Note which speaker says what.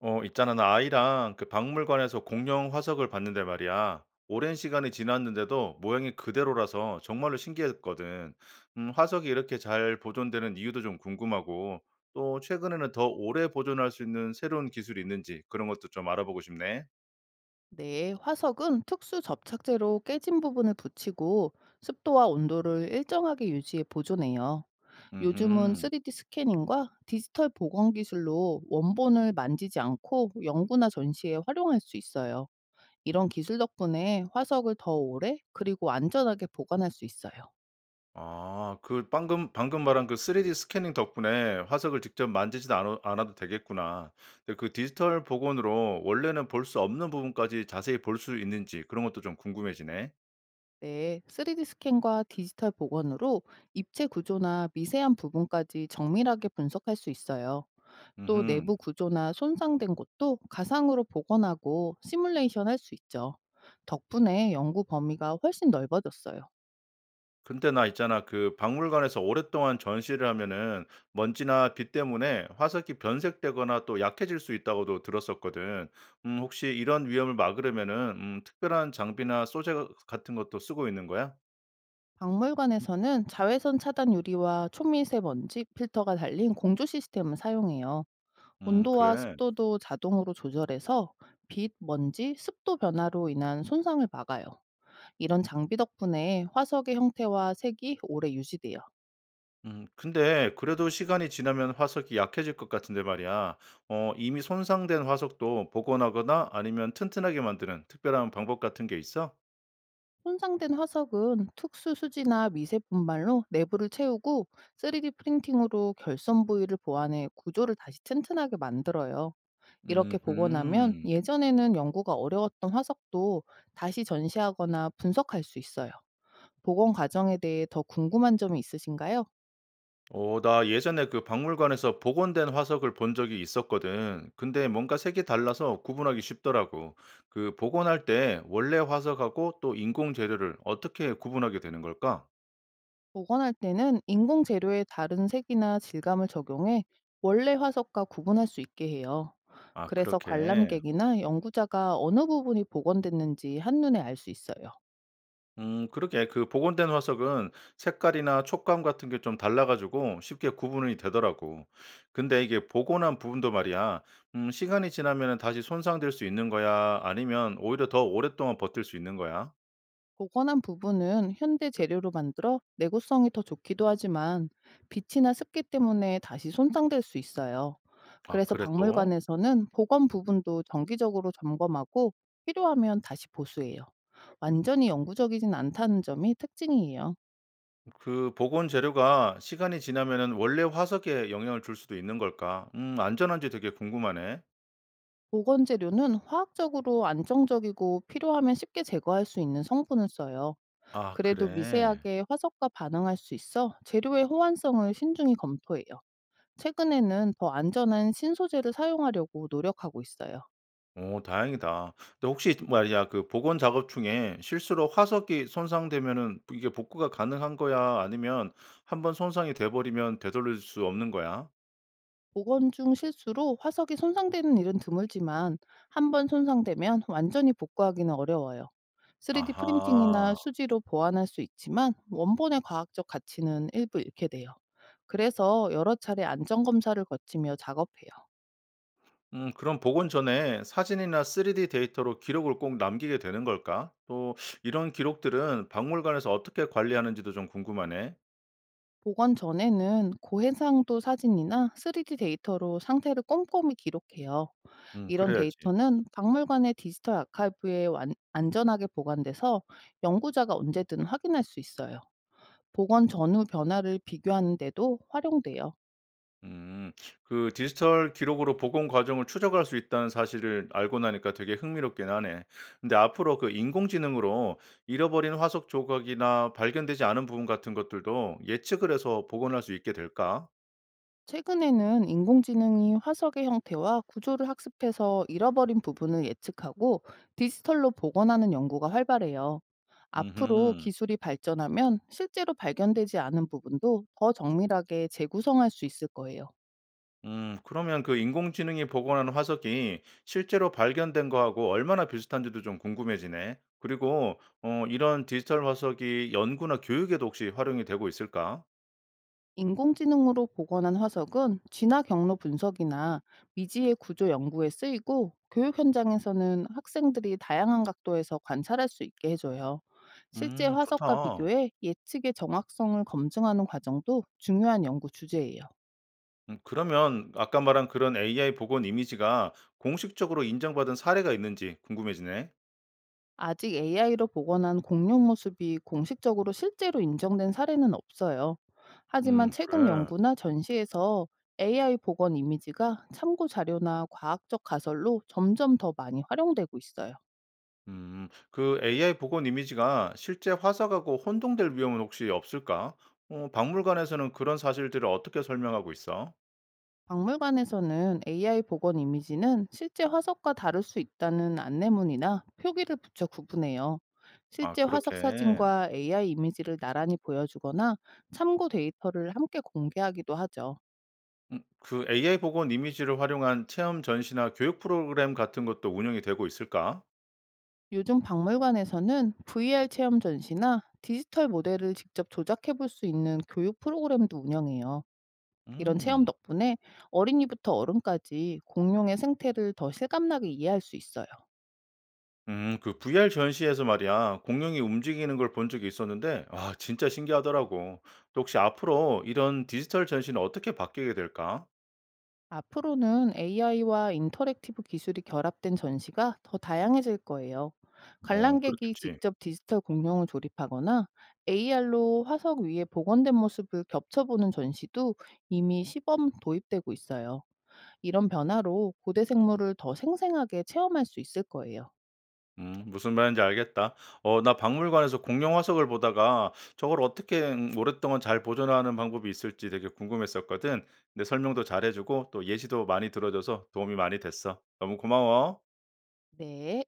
Speaker 1: 어, 있잖아. 나 아이랑 그 박물관에서 공룡 화석을 봤는데 말이야. 오랜 시간이 지났는데도 모양이 그대로라서 정말로 신기했거든. 화석이 이렇게 잘 보존되는 이유도 좀 궁금하고, 또 최근에는 더 오래 보존할 수 있는 새로운 기술이 있는지 그런 것도 좀 알아보고 싶네.
Speaker 2: 네, 화석은 특수 접착제로 깨진 부분을 붙이고 습도와 온도를 일정하게 유지해 보존해요. 요즘은
Speaker 1: 음흠.
Speaker 2: 3D 스캐닝과 디지털 복원 기술로 원본을 만지지 않고 연구나 전시에 활용할 수 있어요. 이런 기술 덕분에 화석을 더 오래 그리고 안전하게 보관할 수 있어요.
Speaker 1: 아 그 방금 말한 그 3D 스캐닝 덕분에 화석을 직접 만지지도 않아도 되겠구나. 근데 그 디지털 복원으로 원래는 볼 수 없는 부분까지 자세히 볼 수 있는지 그런 것도 좀 궁금해지네.
Speaker 2: 네, 3D 스캔과 디지털 복원으로 입체 구조나 미세한 부분까지 정밀하게 분석할 수 있어요. 또
Speaker 1: 음
Speaker 2: 내부 구조나 손상된 곳도 가상으로 복원하고 시뮬레이션 할 수 있죠. 덕분에 연구 범위가 훨씬 넓어졌어요.
Speaker 1: 근데 나 있잖아. 그 박물관에서 오랫동안 전시를 하면은 먼지나 빛 때문에 화석이 변색되거나 또 약해질 수 있다고도 들었었거든. 혹시 이런 위험을 막으려면은 특별한 장비나 소재 같은 것도 쓰고 있는 거야?
Speaker 2: 박물관에서는 자외선 차단 유리와 초미세먼지 필터가 달린 공조 시스템을 사용해요. 온도와
Speaker 1: 그래.
Speaker 2: 습도도 자동으로 조절해서 빛, 먼지, 습도 변화로 인한 손상을 막아요. 이런 장비 덕분에 화석의 형태와 색이 오래 유지돼요.
Speaker 1: 근데 그래도 시간이 지나면 화석이 약해질 것 같은데 말이야. 어 이미 손상된 화석도 복원하거나 아니면 튼튼하게 만드는 특별한 방법 같은 게 있어?
Speaker 2: 손상된 화석은 특수 수지나 미세 분말로 내부를 채우고 3D 프린팅으로 결손 부위를 보완해 구조를 다시 튼튼하게 만들어요. 이렇게 복원하면
Speaker 1: 음
Speaker 2: 예전에는 연구가 어려웠던 화석도 다시 전시하거나 분석할 수 있어요. 복원 과정에 대해 더 궁금한 점이 있으신가요?
Speaker 1: 어, 나 예전에 그 박물관에서 복원된 화석을 본 적이 있었거든. 근데 뭔가 색이 달라서 구분하기 쉽더라고. 그 복원할 때 원래 화석하고 또 인공 재료를 어떻게 구분하게 되는 걸까?
Speaker 2: 복원할 때는 인공 재료의 다른 색이나 질감을 적용해 원래 화석과 구분할 수 있게 해요.
Speaker 1: 아,
Speaker 2: 그래서
Speaker 1: 그렇게.
Speaker 2: 관람객이나 연구자가 어느 부분이 복원됐는지 한눈에 알 수 있어요.
Speaker 1: 그러게 그 복원된 화석은 색깔이나 촉감 같은 게 좀 달라 가지고 쉽게 구분이 되더라고. 근데 이게 복원한 부분도 말이야. 시간이 지나면 다시 손상될 수 있는 거야? 아니면 오히려 더 오랫동안 버틸 수 있는 거야?
Speaker 2: 복원한 부분은 현대 재료로 만들어 내구성이 더 좋기도 하지만 빛이나 습기 때문에 다시 손상될 수 있어요.
Speaker 1: 아
Speaker 2: 그래서
Speaker 1: 그래 또?
Speaker 2: 박물관에서는 복원 부분도 정기적으로 점검하고 필요하면 다시 보수해요. 완전히 영구적이진 않다는 점이 특징이에요.
Speaker 1: 그 복원 재료가 시간이 지나면 원래 화석에 영향을 줄 수도 있는 걸까? 안전한지 되게 궁금하네.
Speaker 2: 보건 재료는 화학적으로 안정적이고 필요하면 쉽게 제거할 수 있는 성분을 써요.
Speaker 1: 아
Speaker 2: 그래도
Speaker 1: 그래.
Speaker 2: 미세하게 화석과 반응할 수 있어 재료의 호환성을 신중히 검토해요. 최근에는 더 안전한 신소재를 사용하려고 노력하고 있어요.
Speaker 1: 오, 다행이다. 근데 혹시 말이야 그 복원 작업 중에 실수로 화석이 손상되면은 이게 복구가 가능한 거야? 아니면 한번 손상이 돼 버리면 되돌릴 수 없는 거야?
Speaker 2: 복원 중 실수로 화석이 손상되는 일은 드물지만 한 번 손상되면 완전히 복구하기는 어려워요. 3D 프린팅이나
Speaker 1: 아하.
Speaker 2: 수지로 보완할 수 있지만 원본의 과학적 가치는 일부 잃게 돼요. 그래서 여러 차례 안전 검사를 거치며 작업해요.
Speaker 1: 그럼 복원 전에 사진이나 3D 데이터로 기록을 꼭 남기게 되는 걸까? 또 이런 기록들은 박물관에서 어떻게 관리하는지도 좀 궁금하네.
Speaker 2: 복원 전에는 고해상도 사진이나 3D 데이터로 상태를 꼼꼼히 기록해요. 이런
Speaker 1: 그래야지.
Speaker 2: 데이터는 박물관의 디지털 아카이브에 안전하게 보관돼서 연구자가 언제든 확인할 수 있어요. 복원 전후 변화를 비교하는데도 활용돼요.
Speaker 1: 음. 그 디지털 기록으로 복원 과정을 추적할 수 있다는 사실을 알고 나니까 되게 흥미롭긴 하네. 근데 앞으로 그 인공지능으로 잃어버린 화석 조각이나 발견되지 않은 부분 같은 것들도 예측을 해서 복원할 수 있게 될까?
Speaker 2: 최근에는 인공지능이 화석의 형태와 구조를 학습해서 잃어버린 부분을 예측하고 디지털로 복원하는 연구가 활발해요. 앞으로
Speaker 1: 음
Speaker 2: 기술이 발전하면 실제로 발견되지 않은 부분도 더 정밀하게 재구성할 수 있을 거예요.
Speaker 1: 그러면 그 인공지능이 복원한 화석이 실제로 발견된 거하고 얼마나 비슷한지도 좀 궁금해지네. 그리고 어, 이런 디지털 화석이 연구나 교육에도 혹시 활용이 되고 있을까?
Speaker 2: 인공지능으로 복원한 화석은 진화 경로 분석이나 미지의 구조 연구에 쓰이고 교육 현장에서는 학생들이 다양한 각도에서 관찰할 수 있게 해줘요. 실제 화석과
Speaker 1: 좋다.
Speaker 2: 비교해 예측의 정확성을 검증하는 과정도 중요한 연구 주제예요.
Speaker 1: 그러면 아까 말한 그런 AI 복원 이미지가 공식적으로 인정받은 사례가 있는지 궁금해지네.
Speaker 2: 아직 AI로 복원한 공룡 모습이 공식적으로 실제로 인정된 사례는 없어요. 하지만 최근
Speaker 1: 그래.
Speaker 2: 연구나 전시에서 AI 복원 이미지가 참고 자료나 과학적 가설로 점점 더 많이 활용되고 있어요.
Speaker 1: 음. 그 AI 복원 이미지가 실제 화석하고 혼동될 위험은 혹시 없을까? 어 박물관에서는 그런 사실들을 어떻게 설명하고 있어?
Speaker 2: 박물관에서는 AI 복원 이미지는 실제 화석과 다를 수 있다는 안내문이나 표기를 붙여 구분해요.
Speaker 1: 아
Speaker 2: 실제 화석
Speaker 1: 그렇게.
Speaker 2: 사진과 AI 이미지를 나란히 보여주거나 참고 데이터를 함께 공개하기도 하죠.
Speaker 1: 그 AI 복원 이미지를 활용한 체험 전시나 교육 프로그램 같은 것도 운영이 되고 있을까?
Speaker 2: 요즘 박물관에서는 VR 체험 전시나 디지털 모델을 직접 조작해 볼 수 있는 교육 프로그램도 운영해요. 이런 체험
Speaker 1: 음.
Speaker 2: 덕분에 어린이부터 어른까지 공룡의 생태를 더 실감나게 이해할 수 있어요.
Speaker 1: 그 VR 전시에서 말이야, 공룡이 움직이는 걸 본 적이 있었는데, 아, 진짜 신기하더라고. 또 혹시 앞으로 이런 디지털 전시는 어떻게 바뀌게 될까?
Speaker 2: 앞으로는 AI와 인터랙티브 기술이 결합된 전시가 더 다양해질 거예요.
Speaker 1: 어,
Speaker 2: 관람객이
Speaker 1: 그렇겠지.
Speaker 2: 직접 디지털 공룡을 조립하거나 AR로 화석 위에 복원된 모습을 겹쳐보는 전시도 이미 시범 도입되고 있어요. 이런 변화로 고대 생물을 더 생생하게 체험할 수 있을 거예요.
Speaker 1: 무슨 말인지 알겠다. 어, 나 박물관에서 공룡 화석을 보다가 저걸 어떻게 오랫동안 잘 보존하는 방법이 있을지 되게 궁금했었거든. 근데 설명도 잘해주고 또 예시도 많이 들어줘서 도움이 많이 됐어. 너무 고마워.
Speaker 2: 네.